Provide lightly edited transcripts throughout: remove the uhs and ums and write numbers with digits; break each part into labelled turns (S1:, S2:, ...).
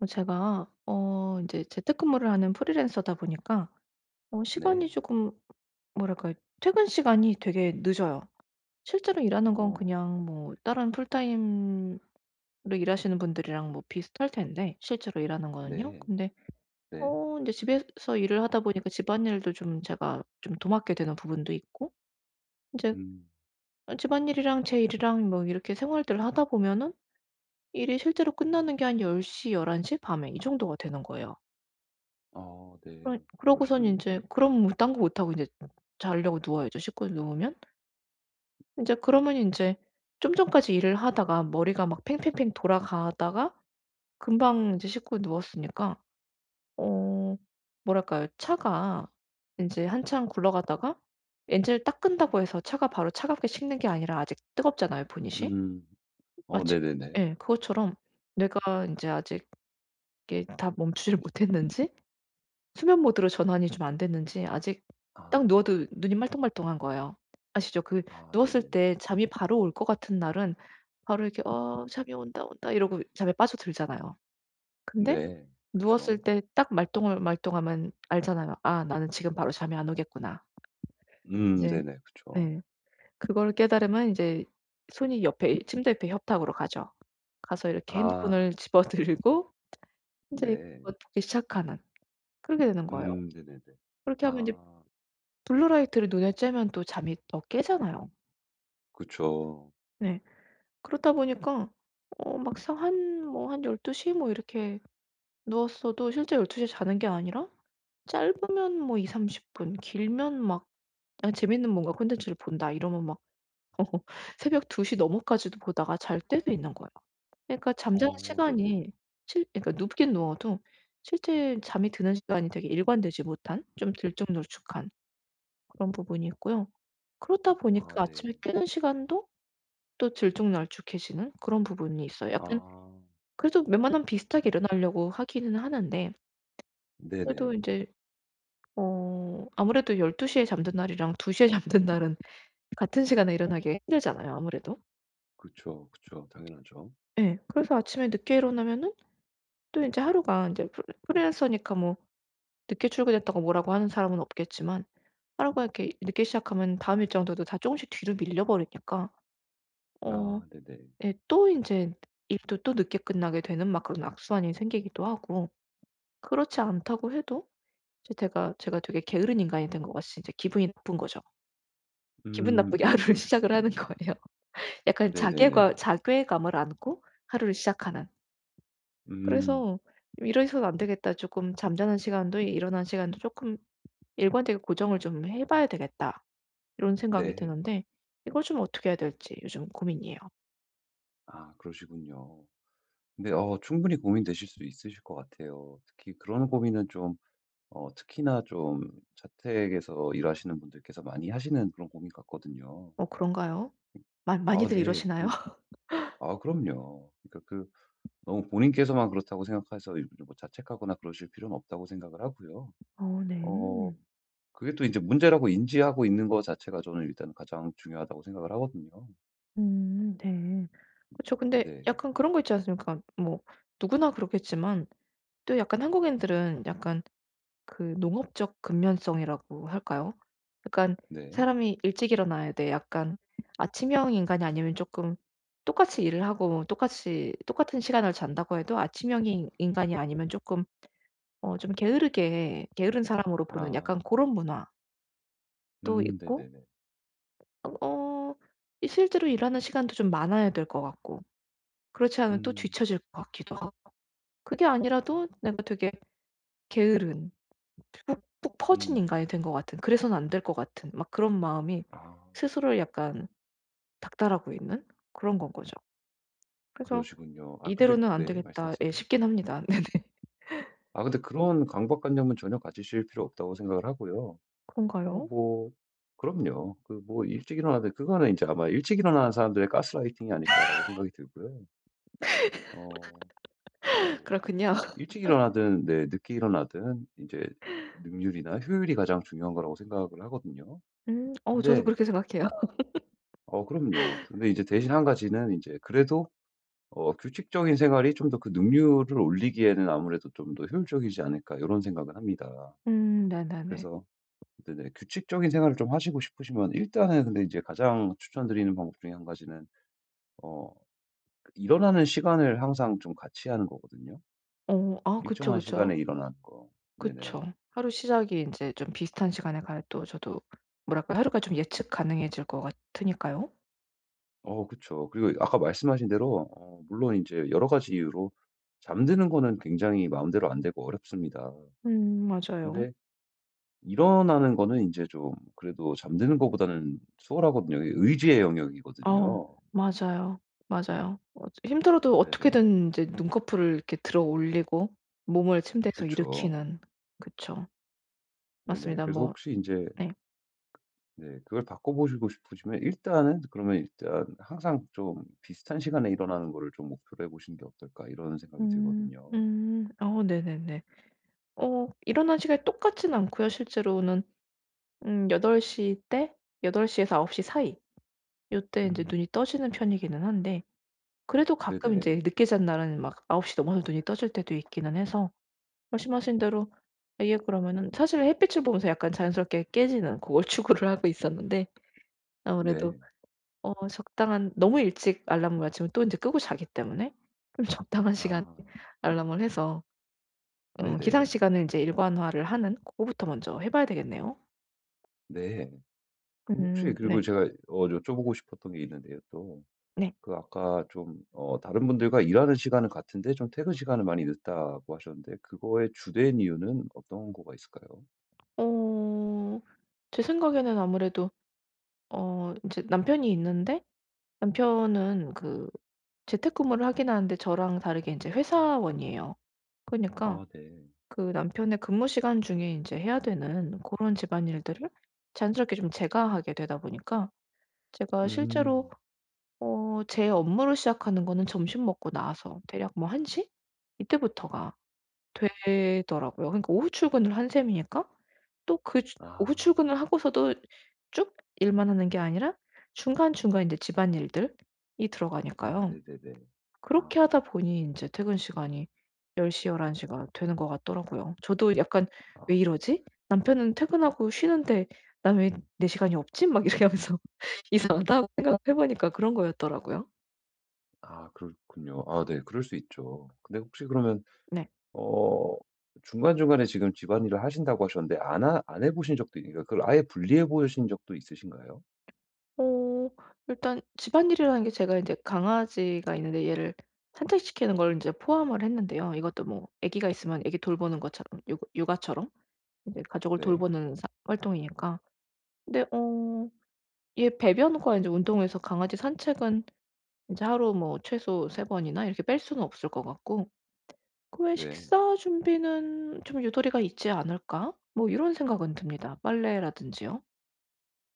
S1: 제가 어제 재택근무를 하는 프리랜서다 보니까 시간이
S2: 네.
S1: 조금 뭐랄까요? 퇴근 시간이 되게 늦어요. 실제로 일하는 건
S2: 어
S1: 그냥 뭐 다른 풀타임으로 일하시는 분들이랑 뭐 비슷할 텐데 실제로 일하는 거는요.
S2: 네.
S1: 근데
S2: 네.
S1: 어제 집에서 일을 하다 보니까 집안일도 좀 제가 좀 도맡게 되는 부분도 있고 이제
S2: 음.
S1: 집안일이랑 제 일이랑 뭐 이렇게 생활들을 하다 보면은 일이 실제로 끝나는 게 한 1 0열한1 1 밤에 이 정도가 되는 거예요.
S2: 어
S1: 그러
S2: 네.
S1: 그러고서는
S2: 그러시군요.
S1: 인제 그럼 뭐 딴 거 못 하고 인제 자려고 누워야죠, 씻고 누우면. 인제 그러면 인제 좀 전까지 일을 하다가 머리가 막 팽팽팽 돌아가다가 금방 인제 씻고 누웠으니까 어 뭐랄까요? 차가 인제 한참 굴러가다가 엔진을 딱 끈다고 해서 차가 바로 차갑게 식는 게 아니라 아직 뜨겁잖아요, 보닛이.
S2: 음. 어
S1: 마치
S2: 네네네.
S1: 예, 그것처럼 내가 인제 아직 이게 다 멈추질 못했는지 수면 모드로 전환이 좀 안 됐는지 아직 딱
S2: 아.
S1: 누워도 눈이 말똥말똥한 거예요. 아시죠? 그
S2: 아
S1: 누웠을
S2: 네네.
S1: 때 잠이 바로 올 것 같은 날은 바로 이렇게 '어 잠이 온다, 온다.' 이러고 잠에 빠져들잖아요. 근데
S2: 네.
S1: 누웠을
S2: 그쵸.
S1: 때 딱 말똥말똥하면 알잖아요. '아 나는 지금 바로 잠이 안 오겠구나.' 이제
S2: 네네. 그쵸.
S1: 네. 그걸 깨달으면 인제 손이 옆에 침대 옆에 협탁으로 가죠. 가서 이렇게
S2: 아
S1: 핸드폰을 집어 들고 인제
S2: 네.
S1: 것 보기 시작하는 그러게 되는 거예요.
S2: 네네네.
S1: 그렇게 하면 인제
S2: 아
S1: 블루라이트를 눈에 쬐면 또 잠이 더 깨잖아요.
S2: 그쵸.
S1: 네. 그렇다 보니까 막상 한 뭐 한 1 2시뭐 이렇게 누웠어도 실제 1 2시에 자는 게 아니라 짧으면 뭐2삼3 0분 길면 막 아 재밌는 뭔가 콘텐츠를 본다 이러면 막 새벽 2시 넘어까지도 보다가 잘 때도 있는 거예요. 그러니까 잠자는
S2: 어 네네네.
S1: 시간이 실 그러니까 눕긴 누워도 실제 잠이 드는 시간이 되게 일관되지 못한 좀 들쭉날쭉한 그런 부분이 있고요. 그렇다
S2: 아
S1: 보니까 아침에
S2: 네.
S1: 깨는 시간도 또 들쭉날쭉해지는 그런 부분이 있어요. 약간
S2: 아
S1: 그래도 웬만하면 비슷하게 일어나려고 하기는 하는데 그래도
S2: 네네.
S1: 인제 아무래도 1 2시에 잠든 날이랑 2시에 잠든 날은 같은 시간에 일어나기가 힘들잖아요 아무래도.
S2: 그쵸, 그쵸. 당연하죠.
S1: 예. 그래서 아침에 늦게 일어나면은 또 인제 하루가 인제 프리랜서니까 뭐 늦게 출근했다고 뭐라고 하는 사람은 없겠지만 하루가 이렇게 늦게 시작하면 다음 일정들도 다 쪼금씩 뒤로 밀려 버리니까 어
S2: 아 네네.
S1: 예 또 인제 일도 또 늦게 끝나게 되는 막 그런 악순환이 생기기도 하고 그렇지 않다고 해도 이제 제가 되게 게으른 인간이 된 것 같이 이제 기분이 나쁜 거죠. 기분
S2: 음.
S1: 나쁘게
S2: 아
S1: 하루를
S2: 그러실 수
S1: 시작을 하는
S2: 있겠네요.
S1: 거예요. 약간 자괴과
S2: 네네네.
S1: 자괴감을 안고 하루를 시작하는.
S2: 음.
S1: 그래서 '이래서는 안 되겠다. 조금 잠자는 시간도 일어나는 시간도 조금 일관되게 고정을 좀 해 봐야 되겠다.' 이런 생각이
S2: 네.
S1: 드는데 이걸 좀 어떻게 해야 될지 요즘 고민이에요.
S2: 아 그러시군요. 근데 충분히 고민되실 수 있으실 것 같아요. 특히 그런 고민은 좀 특히나 좀 자택에서 일하시는 분들께서 많이 하시는 그런 고민 같거든요.
S1: 어 그런가요? 많
S2: 아
S1: 많이들
S2: 네.
S1: 이러시나요?
S2: 그러 아 그럼요. 그러니까 그 너무 본인께서만 그렇다고 생각해서 뭐 자책하거나 그러실 필요는 없다고 생각을 하고요.
S1: 어 네.
S2: 어 그게 또 이제 문제라고 인지하고 있는 거 자체가 저는 일단 가장 중요하다고 생각을 하거든요.
S1: 네. 그죠 근데
S2: 네.
S1: 약간 그런 거 있지 않습니까? 뭐 누구나 그렇겠지만 또 약간 한국인들은 약간 그 농업적 근면성이라고 할까요? 약간
S2: 네.
S1: 사람이 일찍 일어나야 돼. 약간 아침형 인간이 아니면 조금 똑같이 일을 하고 똑같이 똑같은 시간을 잔다고 해도 아침형 인 인간이 아니면 조금 어 좀 게으르게 게으른 사람으로 보는
S2: 아.
S1: 약간 그런 문화도 있고
S2: 네네네.
S1: 어 어 이 실제로 일하는 시간도 좀 많아야 될 것 같고 그렇지 않으면 또
S2: 음.
S1: 뒤처질 것 같기도 하고 그게 아니라도 내가 되게 게으른 푹푹 퍼진
S2: 음.
S1: 인간이 된 것 같은 그래서는 안 될 것 같은 막 그런 마음이
S2: 아.
S1: 스스로를 약간 닥달하고 있는 그런 건 거죠. 그래서
S2: 그러시군요. 아 근데
S1: '이대로는 안
S2: 네
S1: 되겠다.' 예
S2: 말씀하세요.
S1: 싶긴 합니다. 네.
S2: 아 근데 그런 강박관념은 전혀 가지실 필요 없다고 생각을 하고요.
S1: 그런가요?
S2: 뭐 그럼요. 그 뭐 일찍 일어나든 그거는 이제 아마 '일찍 일어나는 사람들의 가스라이팅이 아닐까.'라고 생각이 들고요. 어 뭐
S1: 그렇군요.
S2: 일찍 일어나든 네 늦게 일어나든 이제 능률이나 효율이 가장 중요한 거라고 생각을 하거든요.
S1: 어 저도
S2: 근데
S1: 그렇게 생각해요.
S2: 그럼요. 근데 이제 대신 한 가지는 이제 그래도 규칙적인 생활이 좀 더 그 능률을 올리기에는 아무래도 좀 더 효율적이지 않을까 이런 생각은 합니다.
S1: 네네네.
S2: 그래서 네네 규칙적인 생활을 좀 하시고 싶으시면 일단은 근데 이제 가장 추천드리는 방법 중에 한 가지는 어 일어나는 시간을 항상 좀 같이 하는 거거든요.
S1: 어 아 그쵸,
S2: 일정한
S1: 그쵸.
S2: 시간에 일어나는 거. 네네.
S1: 그쵸. 하루 시작이 인제 좀 비슷한 시간에 가야 또 저도 뭐랄까 하루가 좀 예측 가능해질 것 같으니까요.
S2: 어 그쵸. 그리고 아까 말씀하신 대로 물론 이제 여러 가지 이유로 잠드는 거는 굉장히 마음대로 안 되고 어렵습니다.
S1: 맞아요.
S2: 근데 일어나는 거는 이제 좀 그래도 잠드는 것보다는 수월하거든요. 이게 의지의
S1: 어
S2: 영역이거든요.
S1: 맞아요. 맞아요. 어 힘들어도
S2: 네네.
S1: 어떻게든 이제 눈꺼풀을 이렇게 들어 올리고 몸을 침대에서
S2: 그쵸.
S1: 일으키는 그쵸.
S2: 네네.
S1: 맞습니다.
S2: 그래서
S1: 뭐
S2: 혹시 이제
S1: 네.
S2: 네 그걸 바꿔보시고 싶으시면 일단은 그러면 일단 항상 좀 '비슷한 시간에 일어나는 거를 좀 목표로 해 보시는 게 어떨까.' 이런 생각이
S1: 음.
S2: 들거든요.
S1: 음. 어 네네네. 어 일어나는 시간이 똑같진 않고요. 실제로는 8시0때8시 에서 9홉시 사이 요때 이제
S2: 음.
S1: 눈이 떠지는 편이기는 한데 그래도 가끔 이제
S2: 네네.
S1: 늦게 잔 날은 막9홉시 넘어서 눈이 떠질 때도 있기는 해서 말씀하신 대로 아예 그러면은 사실 햇빛을 보면서 약간 자연스럽게 깨지는 고걸 추구를 하고 있었는데 아무래도
S2: 네.
S1: 어 적당한 너무 일찍 알람을 맞추면 또 인제 끄고 자기 때문에 좀 적당한 시간에
S2: 아.
S1: 알람을 해서 기상
S2: 네네.
S1: 시간을 인제 일관화를 하는 고거부터 먼저 해 봐야 되겠네요.
S2: 네. 그럼 혹시 그리고
S1: 네.
S2: 제가 여쭤보고 싶었던 게 있는데요 또.
S1: 네.
S2: 그 아까 좀 다른 분들과 일하는 시간은 같은데 좀 퇴근 시간을 많이 늦다고 하셨는데 그거의 주된 이유는 어떤 거가 있을까요?
S1: 어 제 생각에는 아무래도 어 인제 남편이 있는데 남편은 그 재택근무를 하긴 하는데 저랑 다르게 인제 회사원이에요. 그니까
S2: 아 네.
S1: 그 남편의 근무 시간 중에 이제 해야 되는 그런 집안일들을 자연스럽게 좀 제가 하게 되다 보니까 제가 실제로
S2: 음.
S1: 어 제 업무를 시작하는 거는 점심 먹고 나서 대략 뭐 1시 이때부터가 되더라고요. 그러니까 오후 출근을 한 셈이니까 또 그 오후
S2: 아.
S1: 출근을 하고서도 쭉 일만 하는 게 아니라 중간중간 이제 집안일들이
S2: 아
S1: 들어가니까요.
S2: 네네네. 아.
S1: 그렇게 하다 보니 인제 퇴근 시간이 1 0 열한 1 1가 되는 것 같더라고요. 저도 약간 '왜
S2: 아.
S1: 이러지? 남편은 퇴근하고 쉬는데 난 왜 내 시간이 없지?' 막 이러면서 이상하다고 생각해 보니까 그런 거였더라고요.
S2: 아 그렇군요. 아 네. 그럴 수 있죠. 근데 혹시 그러면
S1: 네.
S2: 어 중간중간에 지금 집안일을 하신다고 하셨는데 안 해 보신 적도 있 그러니까 그걸 아예 분리해 보신 적도 있으신가요?
S1: 어 일단 집안일이라는 게 제가 인제 강아지가 있는데 얘를 산책시키는 걸 인제 포함을 했는데요. 이것도 뭐 아기가 있으면 아기 돌보는 것처럼 육 육아처럼 인제 가족을
S2: 네.
S1: 돌보는 사 활동이니까. 근데 어 얘 배변과 인제 운동해서 강아지 산책은 이제 하루 뭐 최소 세 번이나 이렇게 뺄 수는 없을 것 같고 그 외
S2: 네.
S1: '식사 준비는 좀 유도리가 있지 않을까?' 뭐 이런 생각은 듭니다. 빨래라든지요.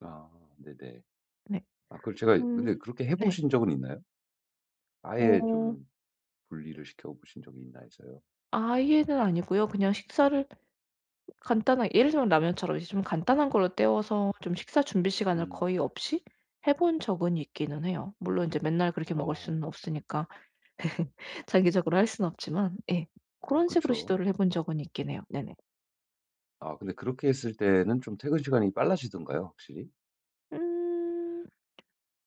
S2: 아 네네.
S1: 네.
S2: 아 그걸 제가
S1: 음
S2: 근데 그렇게 해
S1: 네.
S2: 보신 적은 있나요? 아예
S1: 어
S2: 좀 분리를 시켜 보신 적이 있나 해서요.
S1: 아예는 아니고요. 그냥 식사를 간단하게 예를 들면 라면처럼 이제 좀 간단한 걸로 때워서 좀 식사 준비 시간을
S2: 음.
S1: 거의 없이 해본 적은 있기는 해요. 물론 이제 맨날 그렇게 먹을
S2: 어.
S1: 수는 없으니까 장기적으로 할 수는 없지만 예, 고런 식으로
S2: 그쵸.
S1: 시도를 해본 적은 있긴 해요. 네네.
S2: 아 근데 그렇게 했을 때는 좀 퇴근 시간이 빨라지던가요 확실히?
S1: 음.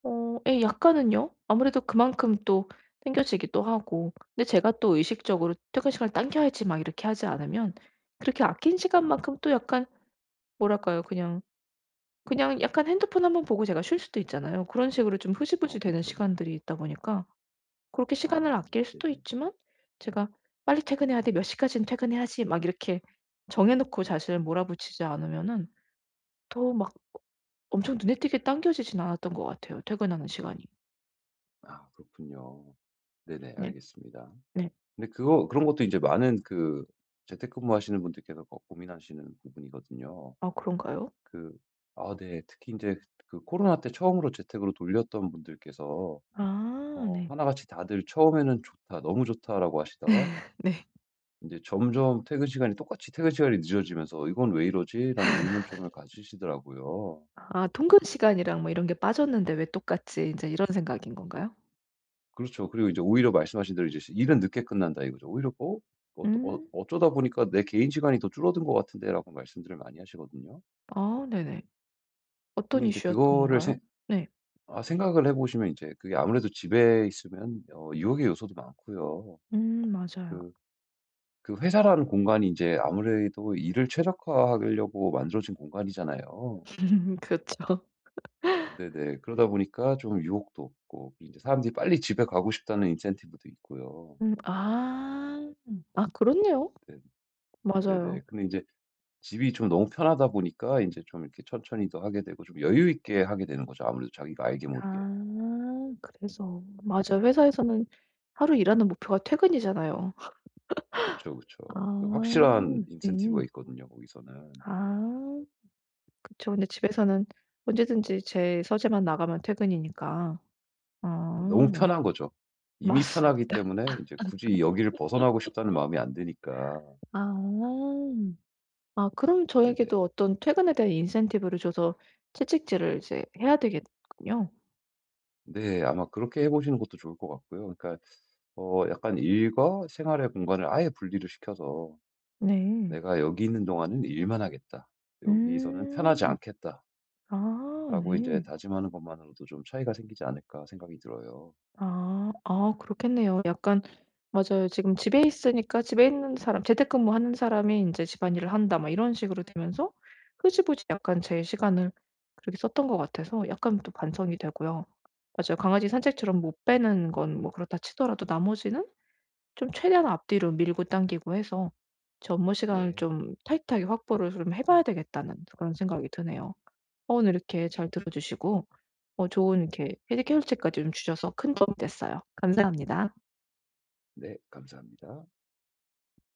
S1: 어 예 약간은요. 아무래도 그만큼 또 땡겨지기도 하고 근데 제가 또 의식적으로 '퇴근 시간을 당겨야지.' 막 이렇게 하지 않으면 그렇게 아낀
S2: 아.
S1: 시간만큼 또 약간 뭐랄까요? 그냥 약간 핸드폰 한번 보고 제가 쉴 수도 있잖아요. 그런 식으로 좀 흐지부지
S2: 어
S1: 되는
S2: 그쵸.
S1: 시간들이 있다 보니까 그렇게 시간을
S2: 아
S1: 아낄 수도
S2: 네네.
S1: 있지만 제가 '빨리 퇴근해야 돼. 몇 시까지는 퇴근해야지.' 막 이렇게 정해 놓고 자신을 몰아붙이지 않으면은 더 막 엄청 눈에 띄게 당겨지진 않았던 것 같아요 퇴근하는 시간이.
S2: 아 그렇군요. 네네
S1: 네.
S2: 알겠습니다.
S1: 네.
S2: 근데 그거 그런 것도 이제 많은 그 재택근무하시는 분들께서 거 고민하시는 부분이거든요.
S1: 아 그런가요?
S2: 그 아 네. 특히 이제 그 코로나 때 처음으로 재택으로 돌렸던 분들께서
S1: 아 네.
S2: 하나같이 다들 처음에는 "좋다. 너무 좋다."라고 하시다가
S1: 네.
S2: 이제 점점 퇴근 시간이 똑같이 퇴근 시간이 늦어지면서 '이건 왜 이러지?'라는 의문점을 가지시더라고요.
S1: 아 통근 시간이랑 뭐 이런 게 빠졌는데 왜 똑같지 인제 이런 생각인 건가요?
S2: 그렇죠. 그리고 이제 오히려 말씀하신 대로 이제 시 일은 늦게 끝난다 이거죠. 오히려 "어?
S1: 음.
S2: 어쩌다 보니까 내 개인 시간이 더 줄어든 것 같은데."라고 말씀들을 많이 하시거든요.
S1: 아 네네.
S2: 근데
S1: 어떤
S2: 인제
S1: 이슈였던
S2: 그거를 생
S1: 건가요? 네.
S2: 아 생각을 해 보시면 인제 그게 아무래도 집에 있으면 유혹의 요소도 많고요.
S1: 맞아요.
S2: 그 그 회사라는 공간이 인제 아무래도 일을 최적화하려고 만들어진 공간이잖아요.
S1: 그렇죠.
S2: 네네. 그러다 보니까 좀 유혹도 없고 이제 사람들이 빨리 집에 가고 싶다는 인센티브도 있고요.
S1: 아. 아 그렇네요.
S2: 네. 네네.
S1: 맞아요.
S2: 근데 이제 집이 좀 너무 편하다 보니까 이제 좀 이렇게 천천히도 하게 되고 좀 여유 있게 하게 되는 거죠, 아무래도 자기가 알게 모르게.
S1: 아 그래서. 맞아요. 회사에서는 하루 일하는 목표가 퇴근이잖아요.
S2: 그쵸, 그쵸. 그
S1: 아
S2: 확실한 인센티브가
S1: 네.
S2: 있거든요, 거기서는.
S1: 아 그쵸. 근데 집에서는 언제든지 제 서재만 나가면 퇴근이니까.
S2: 너무
S1: 아.
S2: 편한 거죠. 이미 편하기
S1: 맞습니다.
S2: 때문에 이제 굳이 여기를 벗어나고 싶다는 마음이 안 드니까.
S1: 아. 아 그럼
S2: 네네.
S1: 저에게도 어떤 퇴근에 대한 인센티브를 줘서 채찍질을 이제 해야 되겠군요.
S2: 네. 아마 그렇게 해 보시는 것도 좋을 것 같고요. 그러니까 약간 일과 생활의 공간을 아예 분리를 시켜서
S1: 네.
S2: '내가 여기 있는 동안은 일만 하겠다. 여기서는 편하지
S1: 음.
S2: 않겠다.'라고
S1: 아
S2: 이제
S1: 네.
S2: 다짐하는 것만으로도 좀 차이가 생기지 않을까 생각이 들어요.
S1: 아. 아 그렇겠네요. 약간 맞아요. 지금 집에 있으니까 집에 있는 사람 재택근무하는 사람이 이제 집안일을 한다 막 이런 식으로 되면서 흐지부지 약간 제 시간을 그렇게 썼던 것 같아서 약간 또 반성이 되고요. 맞아요. 강아지 산책처럼 못 빼는 건 뭐 그렇다 치더라도 나머지는 좀 최대한 앞뒤로 밀고 당기고 해서 제 업무 시간을
S2: 네.
S1: 좀 타이트하게 확보를 좀 해 봐야 되겠다는 그런 생각이 드네요. 어 오늘 이렇게 잘 들어 주시고 어 좋은 이렇게 캐결책까지 좀 주셔서 큰 도움이 됐어요. 감사합니다.
S2: 네 감사합니다.